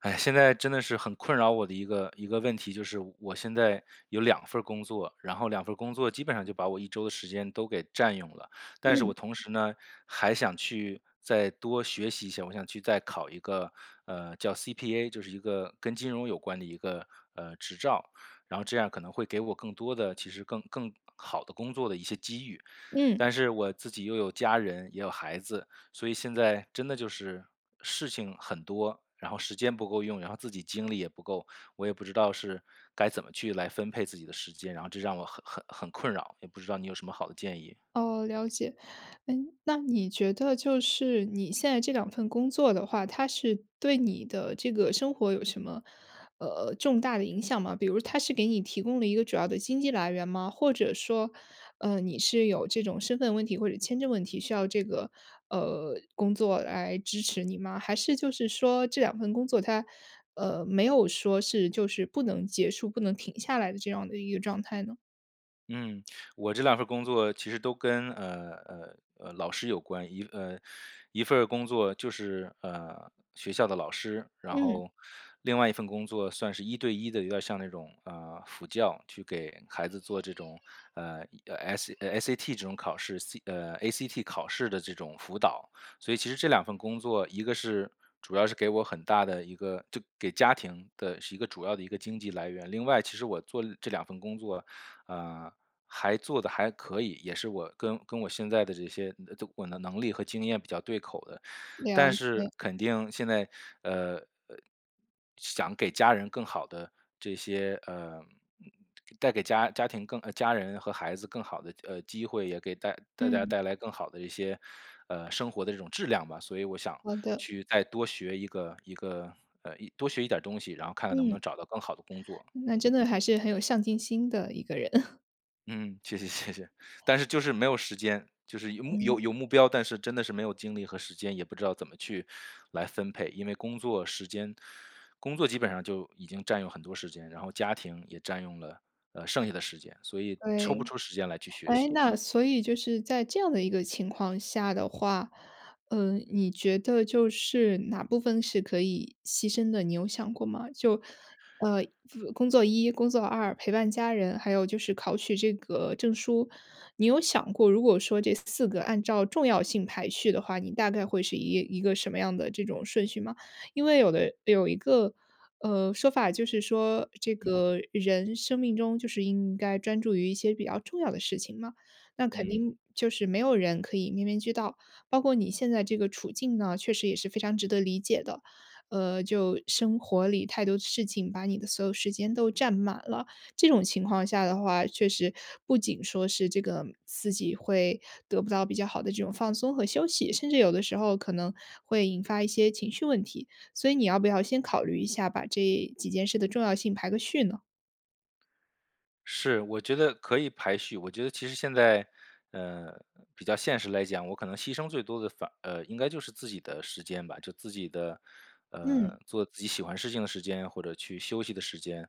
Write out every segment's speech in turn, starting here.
哎，现在真的是很困扰我的一个问题，就是我现在有两份儿工作，然后两份儿工作基本上就把我一周的时间都给占用了。但是嗯我同时呢，还想去再多学习一下，我想去再考一个，叫 CPA，就是一个跟金融有关的一个，执照，然后这样可能会给我更多的其实更好的工作的一些机遇。嗯，但是我自己又有家人，也有孩子，所以现在真的就是事情很多，然后时间不够用，然后自己精力也不够，我也不知道是该怎么去来分配自己的时间，然后这让我很困扰，也不知道你有什么好的建议。哦，了解。那你觉得就是你现在这两份工作的话，它是对你的这个生活有什么重大的影响吗？比如它是给你提供了一个主要的经济来源吗？或者说，你是有这种身份问题或者签证问题需要这个工作来支持你吗？还是就是说这两份工作它没有说是就是不能结束、不能停下来的这样的一个状态呢？嗯，我这两份工作其实都跟老师有关，一份儿工作就是学校的老师，然嗯，后另外一份工作算是一对一的，有点像那种辅教，去给孩子做这种SAT 这种考试，ACT 考试的这种辅导。所以其实这两份工作，一个是主要是给我很大的一个就给家庭的是一个主要的一个经济来源，另外其实我做这两份工作，啊。还做的还可以，也是我跟我现在的这些就我的能力和经验比较对口的。了但解。是肯定现在，呃呃，想给家人更好的这些，带给家庭家人和孩子更好的机会，也给带大家嗯，带来更好的一些，生活的这种质量吧。所以我想好的。去再多学一个一个呃一多学一点儿东西，然后看看能不能嗯，找到更好的工作。那嗯。真的还是很有上进心的一个人。嗯，谢谢谢谢，但是就是没有时间，就是嗯，有目标，但是真的是没有精力和时间，也不知道怎么去来分配，因为工作时间，工作基本上就已经占用很多时间，然后家庭也占用了剩下的时间，所以抽不对。出时间来去学哎，习。那所以就是在这样的一个情况下的话，你觉得就是哪部分是可以牺牲的，你有想过吗？就，呃，工作一、工作二、陪伴家人，还有就是考取这个证书，你有想过如果说这四个按照重要性排序的话，你大概会是一个什么样的这种顺序吗？因为有一个说法就是说，这嗯个人生命中就是应该专注于一些比较重要的事情嘛，那肯嗯。定就是没有人可以面面俱到，包括你现在这个处境呢，确实也是非常值得理解的。就生活里太多事情把你的所有时间都占满了，这种情况下的话，确实不仅说是这个自己会得不到比较好的这种放松和休息，甚至有的时候可能会引发一些情绪问题。所以你要不要先考虑一下，把这几件事的重要性排个序呢？是，我觉得可以排序。我觉得其实现在，呃，比较现实来讲，我可能牺牲最多的应该就是自己的时间吧，就自己的，嗯，做自己喜欢事情的时间，或者去休息的时间，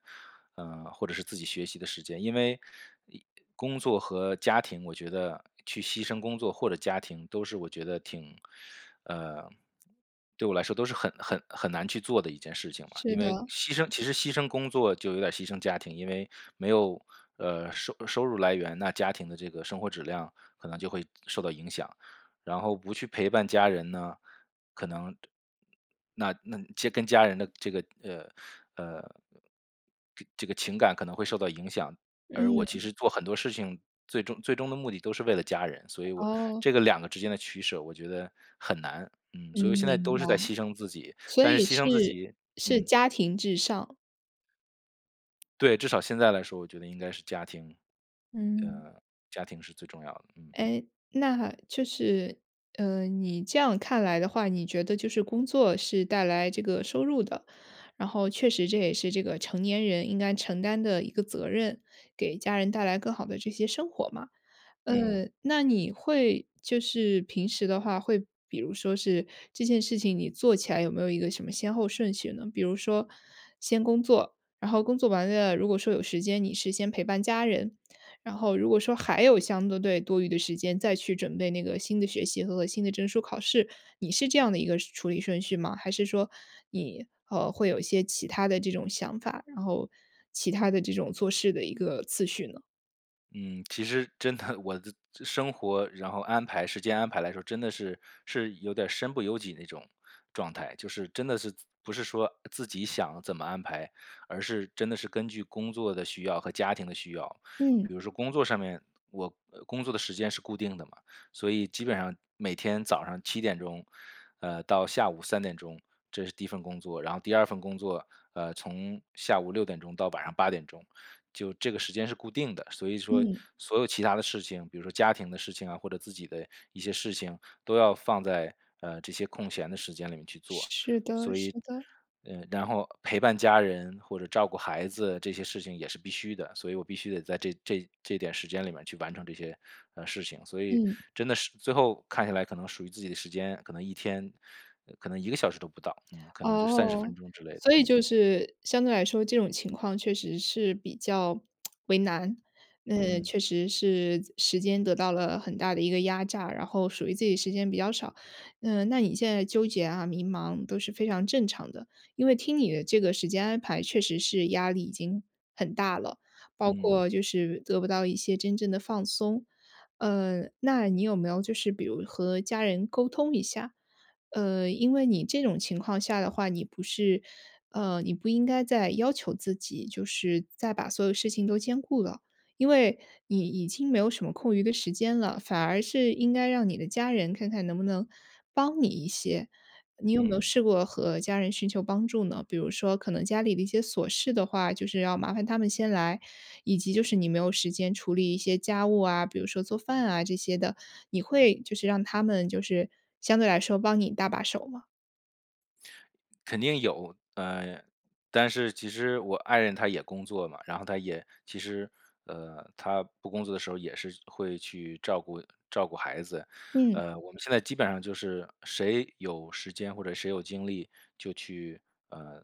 或者是自己学习的时间。因为一工作和家庭，我觉得去牺牲工作或者家庭，都是我觉得挺，呃。对我来说都是很难去做的一件事情嘛，是因的，为牺牲其实牺牲工作就有点牺牲家庭，因为没有收入来源，那家庭的这个生活质量可能就会受到影响，然后不去陪伴家人呢，可能那家跟家人的这个呃这个情感可能会受到影响，而我其嗯，实做很多事情最终的目的都是为了家人，所以我哦，这个两个之间的取舍，我觉得很难。嗯，嗯，所以现在明都是在白，牺牲自己，所但以是牺牲自是己。是嗯，家庭至上。对，至少现在来说，我觉得应该是家庭，嗯。呃，家庭是最重要的，嗯，哎，那就是，你这样看来的话，你觉得就是工作是带来这个收入的，然后确实这也是这个成年人应该承担的一个责任，给家人带来更好的这些生活嘛。嗯。那你会就是平时的话，会比如说是这件事情你做起来有没有一个什么先后顺序呢？比如说先工作，然后工作完了，如果说有时间，你是先陪伴家人，然后如果说还有相多对多余的时间再去准备那个新的学习和新的证书考试，你是这样的一个处理顺序吗？还是说你，会有一些其他的这种想法，然后其他的这种做事的一个次序呢？嗯，其实真的我的生活，然后时间安排来说，真的是有点儿身不由己那种状态，就是真的是不是说自己想怎么安排，而是真的是根据工作的需要和家庭的需要。嗯比如说工作上面，我工作的时间是固定的嘛，所以基本上每天早上7点钟，到下午3点钟，这是第一份工作，然后第二份工作，从下午6点钟到晚上8点钟。就这个时间是固定的，所以说嗯，所有其他的事情，比如说家庭的事情啊，或者自己的一些事情，都要放在这些空闲的时间里面去做。是的所是以，的，然后陪伴家人或者照顾孩子这些事情也是必须的，所以我必须得在这点时间里面去完成这些事情。所以嗯。真的是最后看下来，可能属于自己的时间，可能一天，可能一个小时都不到，嗯，可能就三十哦，分钟之类的，所以嗯就是相对来说，这种情况确实是比较为难。那嗯确实是时间得到了很大的一个压榨，然后属于自己时间比较少。那你现在纠结啊、迷茫都是非常正常的，因为听你的这个时间安排，确实是压力已经很大了，包嗯括就是得不到一些真正的放松。那你有没有就是比如和家人沟通一下？因为你这种情况下的话，你不是，你不应该再要求自己，就是再把所有事情都兼顾了，因为你已经没有什么空余的时间了，反而是应该让你的家人看看能不能帮你一些。你有没有嗯。试过和家人寻求帮助呢？比如说，可能家里的一些琐事的话，就是要麻烦他们先来，以及就是你没有时间处理一些家务啊，比如说做饭啊这些的，你会就是让他们就是相对来说帮你搭把手吗？肯定有，但是其实我爱人她也工作嘛，然后她也其实，她不工作的时候也是会去照顾照顾孩子。嗯，我们现在基本上就是谁有时间或者谁有精力就去，呃，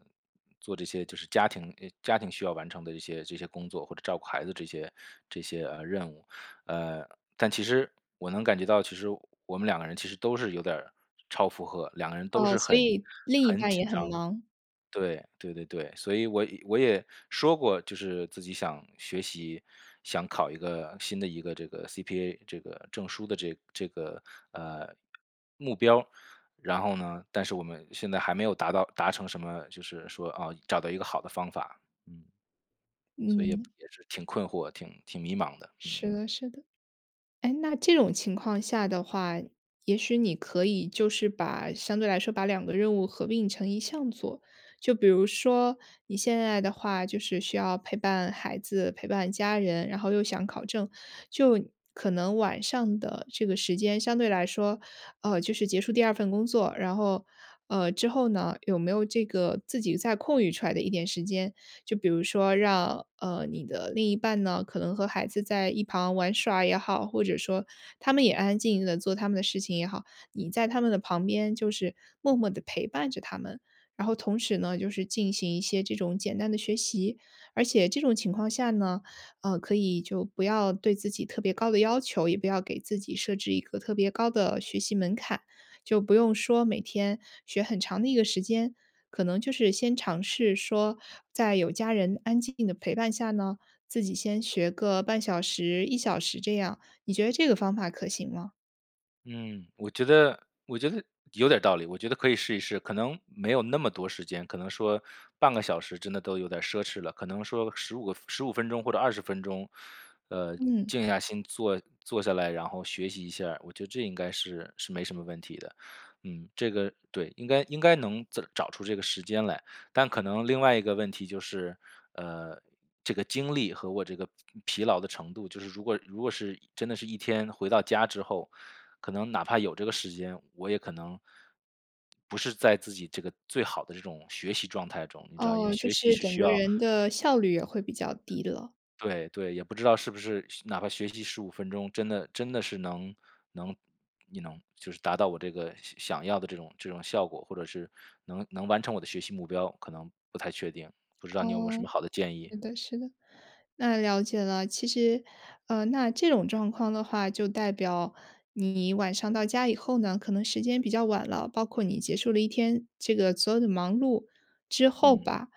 做这些就是家庭需要完成的这些工作或者照顾孩子这些，任务。呃，但其实我能感觉到，其实我们两个人其实都是有点儿超负荷，两个人都哦，是所很以另一很半也紧很张。忙，对，对对对，所以我也说过，就是自己想学习，想考一个新的一个这个 CPA 这个证书的这个呃目标，然后呢，但是我们现在还没有达成什么，就是说啊，找到一个好的方法，嗯，所以也嗯，也是挺困惑，挺迷茫的，嗯。是的是的。哎，那这种情况下的话，也许你可以就是把相对来说把两个任务合并成一项做。就比如说你现在的话，就是需要陪伴孩子、陪伴家人，然后又想考证，就可能晚上的这个时间相对来说，就是结束第二份工作，然后之后呢，有没有这个自己再空余出来的一点时间，就比如说让你的另一半呢，可能和孩子在一旁玩耍也好，或者说他们也安安静静的做他们的事情也好，你在他们的旁边就是默默的陪伴着他们。然后同时呢，就是进行一些这种简单的学习，而且这种情况下呢，可以就不要对自己特别高的要求，也不要给自己设置一个特别高的学习门槛，就不用说每天学很长的一个时间，可能就是先尝试说，在有家人安静的陪伴下呢，自己先学个半小时、1小时这样，你觉得这个方法可行吗？嗯，我觉得有点儿道理，我觉得可以试一试。可能没有那么多时间，可能说半个小时真的都有点儿奢侈了，可能说十五分钟或者20分钟，呃，嗯，静下心坐下来，然后学习一下儿我觉得这应该是没什么问题的。嗯，这个对，应该能找出这个时间来。但可能另外一个问题就是，呃，这个精力和我这个疲劳的程度，就是如果是真的是一天回到家之后，可能哪怕有这个时间，我也可能不是在自己这个最好的这种学习状态中，你知道，因为哦，就学习是是整需个要。人的效率也会比较低了。对对，也不知道是不是哪怕学习十五分钟，真的是能你能就是达到我这个想要的这种效果，或者是能完成我的学习目标，可能不太确定，不知道你有没有什哦，么好的建议？是的是的。那了解了。其实，那这种状况的话，就代表你晚上到家以后呢，可能时间比较晚了，包括你结束了一天这个所有的忙碌之后嗯，吧，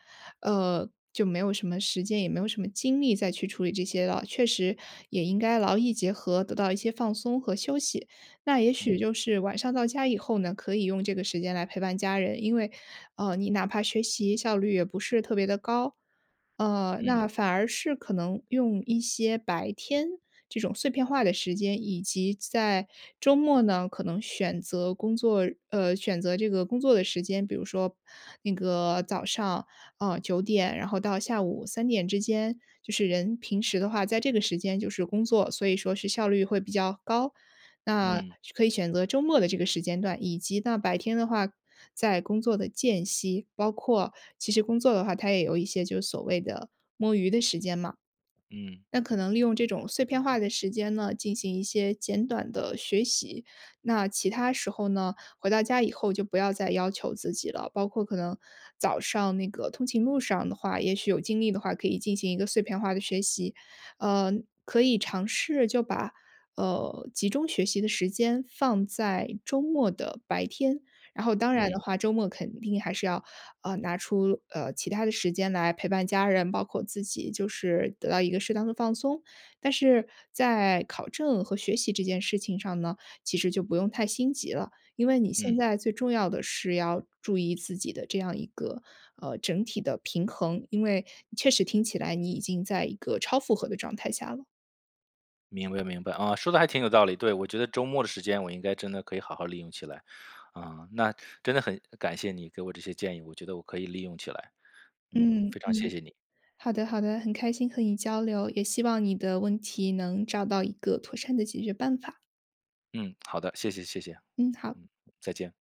就没有什么时间，也没有什么精力再去处理这些了。确实也应该劳逸结合，得到一些放松和休息。那也许嗯，就是晚上到家以后呢，可以用这个时间来陪伴家人，因为，你哪怕学习效率也不是特别的高，嗯，那反而是可能用一些白天这种碎片化的时间，以及在周末呢，可能选择工作，选择这个工作的时间，比如说那个早上，9点，然后到下午3点之间，就是人平时的话，在这个时间就是工作，所以说是效率会比较高。那嗯，可以选择周末的这个时间段，以及那白天的话，在工作的间隙，包括其实工作的话，它也有一些就是所谓的摸鱼的时间嘛。嗯，那可能利用这种碎片化的时间呢，进行一些简短的学习。那其他时候呢，回到家以后就不要再要求自己了。包括可能早上那个通勤路上的话，也许有精力的话，可以进行一个碎片化的学习。呃，可以尝试就把集中学习的时间放在周末的白天。然后，当然的嗯，话，周末肯定还是要拿出其他的时间来陪伴家人，包括自己，就是得到一个适当的放松。但是在考证和学习这件事情上呢，其实就不用太心急了，因为你现嗯，在最重要的是要注意自己的这样一个整体的平衡，因为确实听起来你已经在一个超负荷的状态下了。明白明白，啊，说的还挺有道理，对，我觉得周末的时间我应该真的可以好好利用起来，啊，那真的很感谢你给我这些建议，我觉得我可以利用起来，嗯，嗯，非常谢谢你。好的，好的，很开心和你交流，也希望你的问题能找到一个妥善的解决办法。嗯，好的，谢谢谢谢，嗯，好。嗯，再见。